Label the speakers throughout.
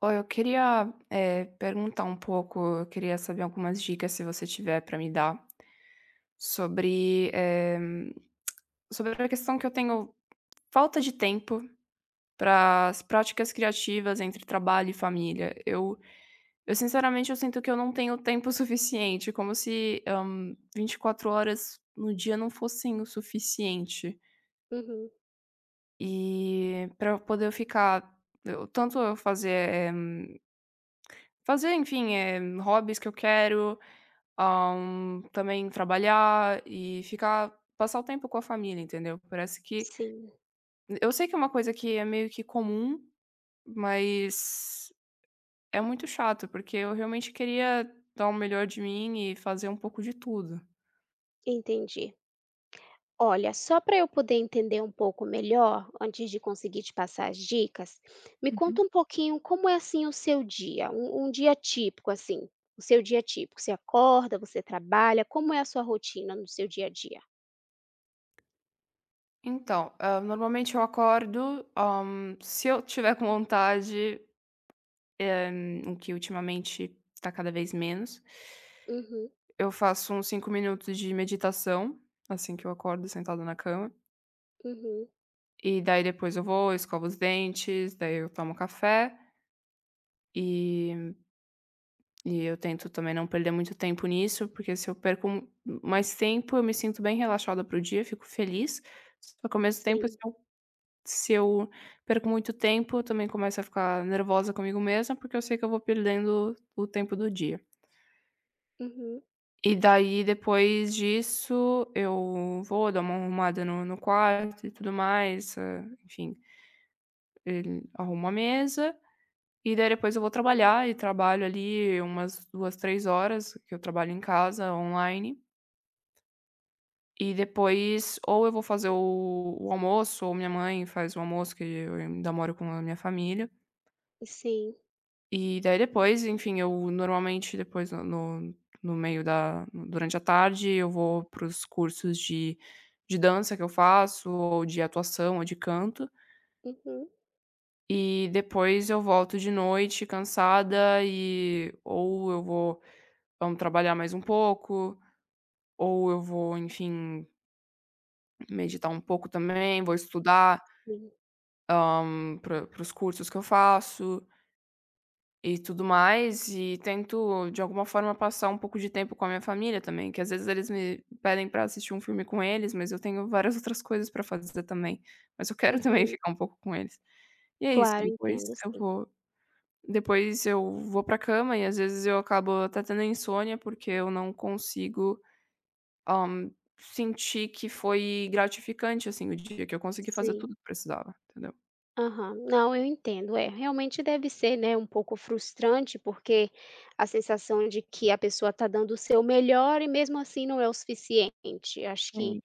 Speaker 1: Ó, eu queria, perguntar um pouco, eu queria saber algumas dicas, se você tiver para me dar, sobre, sobre a questão que eu tenho falta de tempo para as práticas criativas entre trabalho e família. Eu sinceramente eu sinto que eu não tenho tempo suficiente, como se, 24 horas no dia não fossem o suficiente.
Speaker 2: Uhum,
Speaker 1: E para eu poder ficar eu tanto eu fazer, fazer, enfim, hobbies que eu quero. Também trabalhar e ficar passar o tempo com a família, entendeu. Parece que
Speaker 2: sim,
Speaker 1: eu sei que é uma coisa que é meio que comum, mas é muito chato, porque eu realmente queria dar o melhor de mim e fazer um pouco de tudo.
Speaker 2: entendi. Olha, só para eu poder entender um pouco melhor, antes de conseguir te passar as dicas, me
Speaker 1: Uhum.
Speaker 2: conta um pouquinho como é assim o seu dia, um dia típico assim, o seu dia típico. Você acorda, você trabalha, como é a sua rotina no seu dia a dia?
Speaker 1: Então, normalmente eu acordo, se eu tiver com vontade, o que ultimamente está cada vez menos,
Speaker 2: Uhum,
Speaker 1: eu faço uns 5 minutos de meditação, assim que eu acordo sentada na cama.
Speaker 2: uhum,
Speaker 1: E daí depois eu vou, eu escovo os dentes, daí eu tomo café e e eu tento também não perder muito tempo nisso, porque se eu perco m mais tempo, eu me sinto bem relaxada pro dia, fico feliz, só que ao mesmo tempo, se
Speaker 2: sim,
Speaker 1: eu se eu perco muito tempo, eu também começo a ficar nervosa comigo mesma, porque eu sei que eu vou perdendo o tempo do dia.
Speaker 2: uhum,
Speaker 1: E daí depois disso, eu vou dar uma arrumada no quarto e tudo mais, enfim, arrumo a mesa. E daí depois eu vou trabalhar e trabalho ali umas 2 3 horas, que eu trabalho em casa, online. E depois ou eu vou fazer o almoço, ou minha mãe faz o almoço, que eu ainda moro com a minha família.
Speaker 2: sim,
Speaker 1: E daí depois, enfim, eu normalmente depois no no meio da durante a tarde eu vou para os cursos de dança que eu faço, ou de atuação, ou de canto.
Speaker 2: uhum,
Speaker 1: E depois eu volto de noite cansada e ou eu vou vamos trabalhar mais um pouco, ou eu vou, enfim, meditar um pouco também, vou estudar,
Speaker 2: sim,
Speaker 1: para os cursos que eu faço e tudo mais, e tento de alguma forma passar um pouco de tempo com a minha família também, que às vezes eles me pedem para assistir um filme com eles, mas eu tenho várias outras coisas para fazer também, mas eu quero também
Speaker 2: uhum.
Speaker 1: ficar um pouco com eles. E é isso,
Speaker 2: Claro, entendo, sim,
Speaker 1: depois eu vou pra cama e às vezes eu acabo até tendo insônia, porque eu não consigo Hã, senti que foi gratificante, assim, o dia que eu consegui fazer
Speaker 2: sim.
Speaker 1: tudo que precisava, entendeu?
Speaker 2: Aham. Não, eu entendo. É, realmente deve ser, né, um pouco frustrante, porque a sensação de que a pessoa está dando o seu melhor e mesmo assim não é o suficiente. Acho que
Speaker 1: Sim.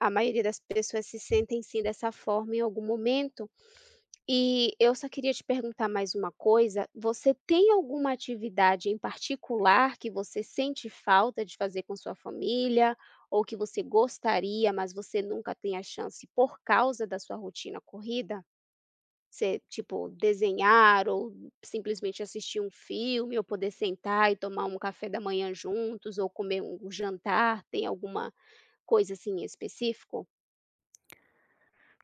Speaker 2: a maioria das pessoas se sentem sim dessa forma em algum momento. E eu só queria te perguntar mais uma coisa. Você tem alguma atividade em particular que você sente falta de fazer com sua família, ou que você gostaria, mas você nunca tem a chance por causa da sua rotina corrida? Você, tipo, desenhar ou simplesmente assistir um filme ou poder sentar e tomar um café da manhã juntos ou comer um jantar, tem alguma coisa, assim, em específico?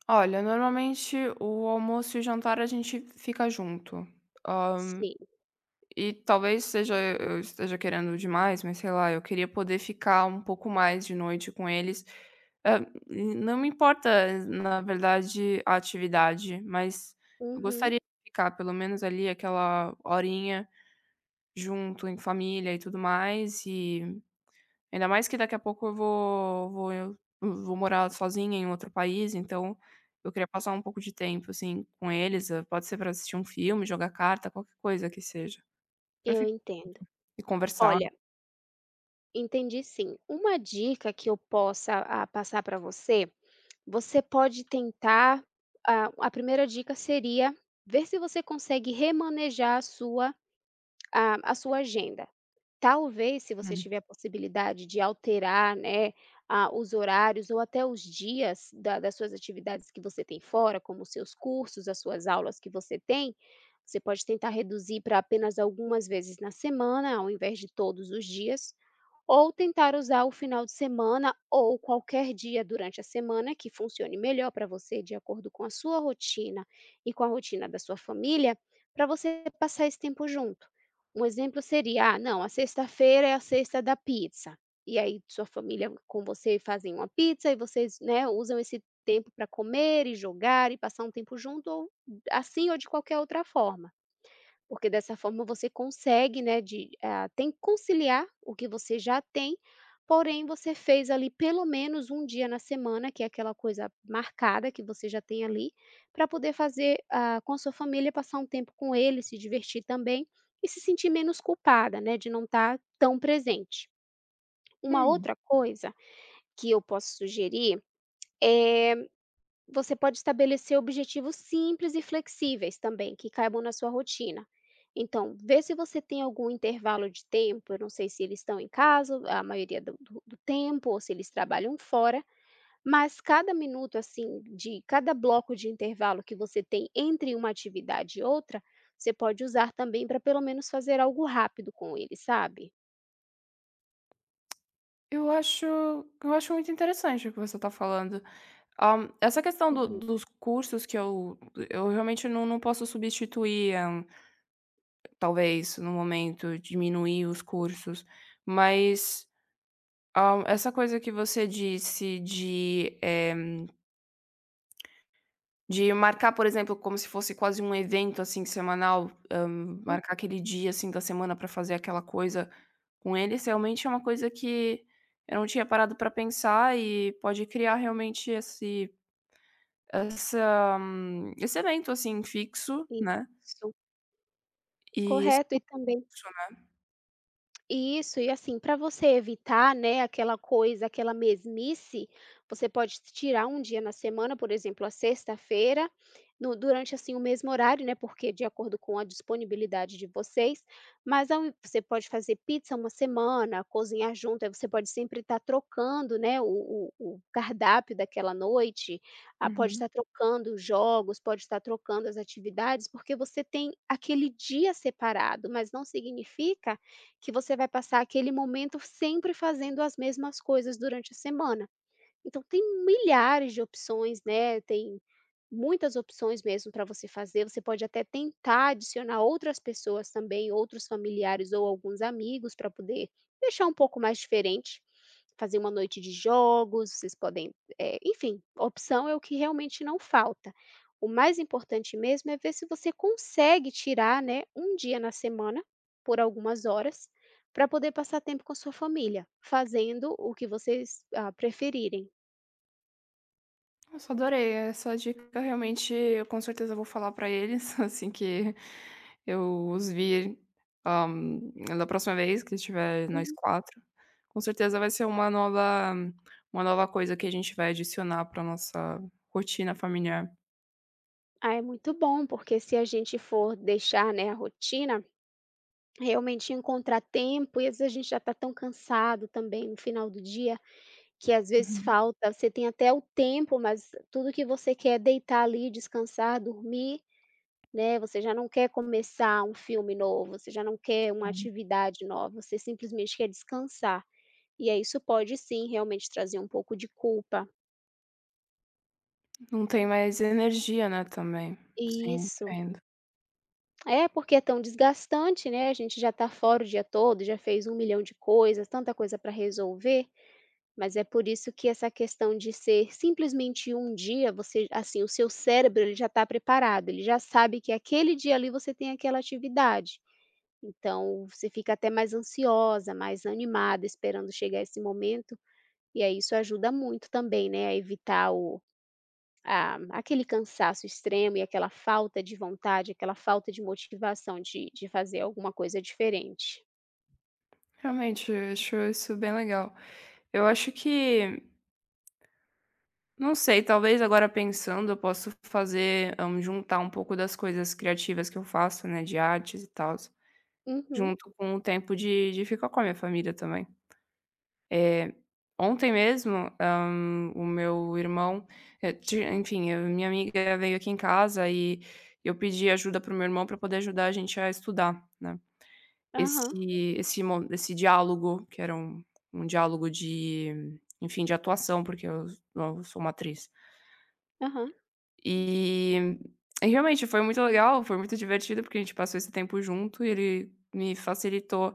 Speaker 1: Olha, normalmente o almoço e o jantar a gente fica junto. Hã,
Speaker 2: Sim.
Speaker 1: e talvez seja eu esteja querendo demais, mas sei lá, eu queria poder ficar um pouco mais de noite com eles. Hã, não me importa, na verdade, a atividade, mas eu
Speaker 2: Uhum,
Speaker 1: gostaria de ficar pelo menos ali aquela horinha junto em família e tudo mais e ainda mais que daqui a pouco eu vou eu vou morar sozinha em outro país, então eu queria passar um pouco de tempo, assim, com eles, pode ser para assistir um filme, jogar carta, qualquer coisa que seja, pra
Speaker 2: eu
Speaker 1: ficar
Speaker 2: entendo.
Speaker 1: junto e conversar.
Speaker 2: Olha, entendi sim. Uma dica que eu possa, ah, passar para você, você pode tentar a primeira dica seria ver se você consegue remanejar a sua agenda. Talvez, se você
Speaker 1: Hum.
Speaker 2: tiver a possibilidade de alterar, né, a os horários ou até os dias da das suas atividades que você tem fora, como os seus cursos, as suas aulas que você tem, você pode tentar reduzir para apenas algumas vezes na semana, ao invés de todos os dias, ou tentar usar o final de semana ou qualquer dia durante a semana que funcione melhor para você, de acordo com a sua rotina e com a rotina da sua família, para você passar esse tempo junto. Um exemplo seria: "Ah, não, a sexta-feira é a sexta da pizza", e aí sua família com você fazem uma pizza e vocês, né, usam esse tempo para comer e jogar e passar um tempo junto ou assim ou de qualquer outra forma. Porque dessa forma você consegue, né, de ah, tem que conciliar o que você já tem, porém você fez ali pelo menos um dia na semana, que é aquela coisa marcada que você já tem ali, para poder fazer, ah, com a sua família, passar um tempo com ele, se divertir também e se sentir menos culpada, né, de não estar tão presente. Uma
Speaker 1: Hum,
Speaker 2: outra coisa que eu posso sugerir é você pode estabelecer objetivos simples e flexíveis também, que caibam na sua rotina. Então, vê se você tem algum intervalo de tempo. Eu não sei se eles estão em casa a maioria do tempo ou se eles trabalham fora, mas cada minuto, assim, de cada bloco de intervalo que você tem entre uma atividade e outra, você pode usar também para pelo menos fazer algo rápido com ele, sabe?
Speaker 1: eu acho muito interessante o que você está falando. Essa questão do
Speaker 2: Uhum,
Speaker 1: dos cursos que eu realmente não posso substituir, talvez no momento diminuir os cursos, mas essa coisa que você disse de, de marcar, por exemplo, como se fosse quase um evento, assim, semanal, marcar aquele dia, assim, da semana para fazer aquela coisa com eles, realmente é uma coisa que eu não tinha parado para pensar e pode criar realmente esse essa esse evento, assim, fixo,
Speaker 2: sim.
Speaker 1: né,
Speaker 2: Isso,
Speaker 1: e se
Speaker 2: correto. E também isso, e assim, para você evitar, né, aquela coisa, aquela mesmice, você pode tirar um dia na semana, por exemplo, a sexta-feira, durante assim o mesmo horário, né, porque de acordo com a disponibilidade de vocês, mas você pode fazer pizza uma semana, cozinhar junto, aí você pode sempre estar trocando, né, o cardápio daquela noite, ah, pode
Speaker 1: funcionar.
Speaker 2: estar trocando os jogos, pode estar trocando as atividades, porque você tem aquele dia separado, mas não significa que você vai passar aquele momento sempre fazendo as mesmas coisas durante a semana. Então tem milhares de opções, né, tem muitas opções mesmo para você fazer, você pode até tentar adicionar outras pessoas também, outros familiares ou alguns amigos para poder deixar um pouco mais diferente, fazer uma noite de jogos, vocês podem, enfim, opção é o que realmente não falta. O mais importante mesmo é ver se você consegue tirar, né, um dia na semana, por algumas horas, para poder passar tempo com a sua família, fazendo o que vocês, ah, preferirem.
Speaker 1: Nossa, adorei. Essa dica realmente eu com certeza vou falar pra eles assim que eu os vir, hã, da próxima vez que estiver nós 4. Com certeza vai ser uma nova coisa que a gente vai adicionar pra nossa rotina familiar.
Speaker 2: Ah, é muito bom, porque se a gente for deixar, né, a rotina, realmente encontrar tempo e às vezes a gente já está tão cansado também no final do dia, que às vezes
Speaker 1: Uhum,
Speaker 2: falta, você tem até o tempo, mas tudo que você quer é deitar ali, descansar, dormir, né? Você já não quer começar um filme novo, você já não quer uma
Speaker 1: sim.
Speaker 2: atividade nova, você simplesmente quer descansar. E aí isso pode sim realmente trazer um pouco de culpa.
Speaker 1: Não tem mais energia, né, também. Sim,
Speaker 2: Isso.
Speaker 1: entendo.
Speaker 2: É, porque é tão desgastante, né, a gente já está fora o dia todo, já fez 1.000.000 de coisas, tanta coisa para resolver, mas é por isso que essa questão de ser simplesmente um dia, você assim, o seu cérebro ele já está preparado, ele já sabe que aquele dia ali você tem aquela atividade. Então, você fica até mais ansiosa, mais animada, esperando chegar esse momento, e aí isso ajuda muito também, né, a evitar o ah, aquele cansaço extremo e aquela falta de vontade, aquela falta de motivação de fazer alguma coisa diferente.
Speaker 1: Realmente, eu acho isso bem legal. Eu acho que não sei, talvez agora pensando eu posso fazer, juntar um pouco das coisas criativas que eu faço, né, de artes e tal,
Speaker 2: Uhum.
Speaker 1: junto com o tempo de ficar com a minha família também. Eh, Ontem mesmo, o meu irmão, eh, ti enfim, a minha amiga veio aqui em casa e eu pedi ajuda para o meu irmão para poder ajudar a gente a estudar, né.
Speaker 2: Aham,
Speaker 1: Esse diálogo, que era um um diálogo de, enfim, de atuação, porque eu sou uma atriz.
Speaker 2: aham.
Speaker 1: E e realmente foi muito legal, foi muito divertido, porque a gente passou esse tempo junto e ele me facilitou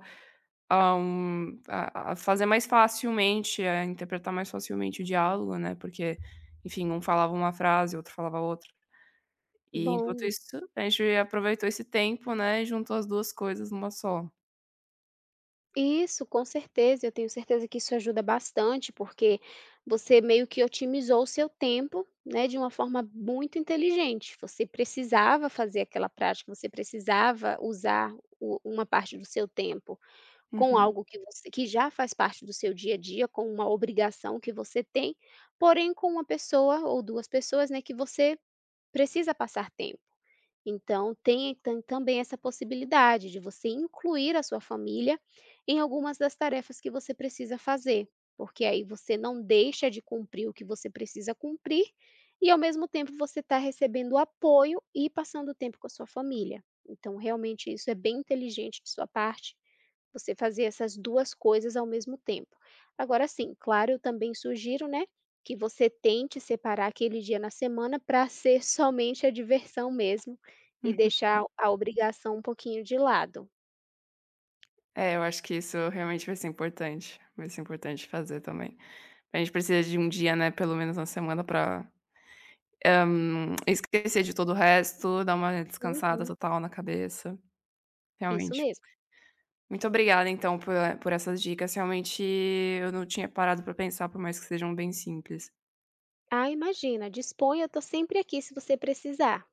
Speaker 1: a um a fazer mais facilmente, a interpretar mais facilmente o diálogo, né, porque, enfim, um falava uma frase, outro falava outra. E enquanto
Speaker 2: Bom.
Speaker 1: isso, a gente aproveitou esse tempo, né, e juntou as 2 coisas numa só.
Speaker 2: Isso, com certeza. Eu tenho certeza que isso ajuda bastante, porque você meio que otimizou o seu tempo, né, de uma forma muito inteligente. Você precisava fazer aquela prática, você precisava usar uma parte do seu tempo com
Speaker 1: Uhum,
Speaker 2: algo que você que já faz parte do seu dia a dia, com uma obrigação que você tem, porém com uma pessoa ou duas pessoas, né, que você precisa passar tempo. Então, tem também essa possibilidade de você incluir a sua família em algumas das tarefas que você precisa fazer, porque aí você não deixa de cumprir o que você precisa cumprir e, ao mesmo tempo, você está recebendo apoio e passando tempo com a sua família. Então, realmente, isso é bem inteligente de sua parte você fazer essas 2 coisas ao mesmo tempo. Agora sim, claro, eu também sugiro, né, que você tente separar aquele dia na semana para ser somente a diversão mesmo, e
Speaker 1: hum.
Speaker 2: deixar a obrigação um pouquinho de lado.
Speaker 1: É, eu acho que isso realmente vai ser importante fazer também. A gente precisa de um dia, né, pelo menos na semana pra Hã, esquecer de todo o resto, dar uma descansada
Speaker 2: Uhum,
Speaker 1: total na cabeça,
Speaker 2: isso
Speaker 1: realmente.
Speaker 2: mesmo.
Speaker 1: Muito obrigada então por essas dicas, realmente eu não tinha parado pra pensar, por mais que sejam bem simples.
Speaker 2: Ah, imagina, disponha, eu tô sempre aqui se você precisar.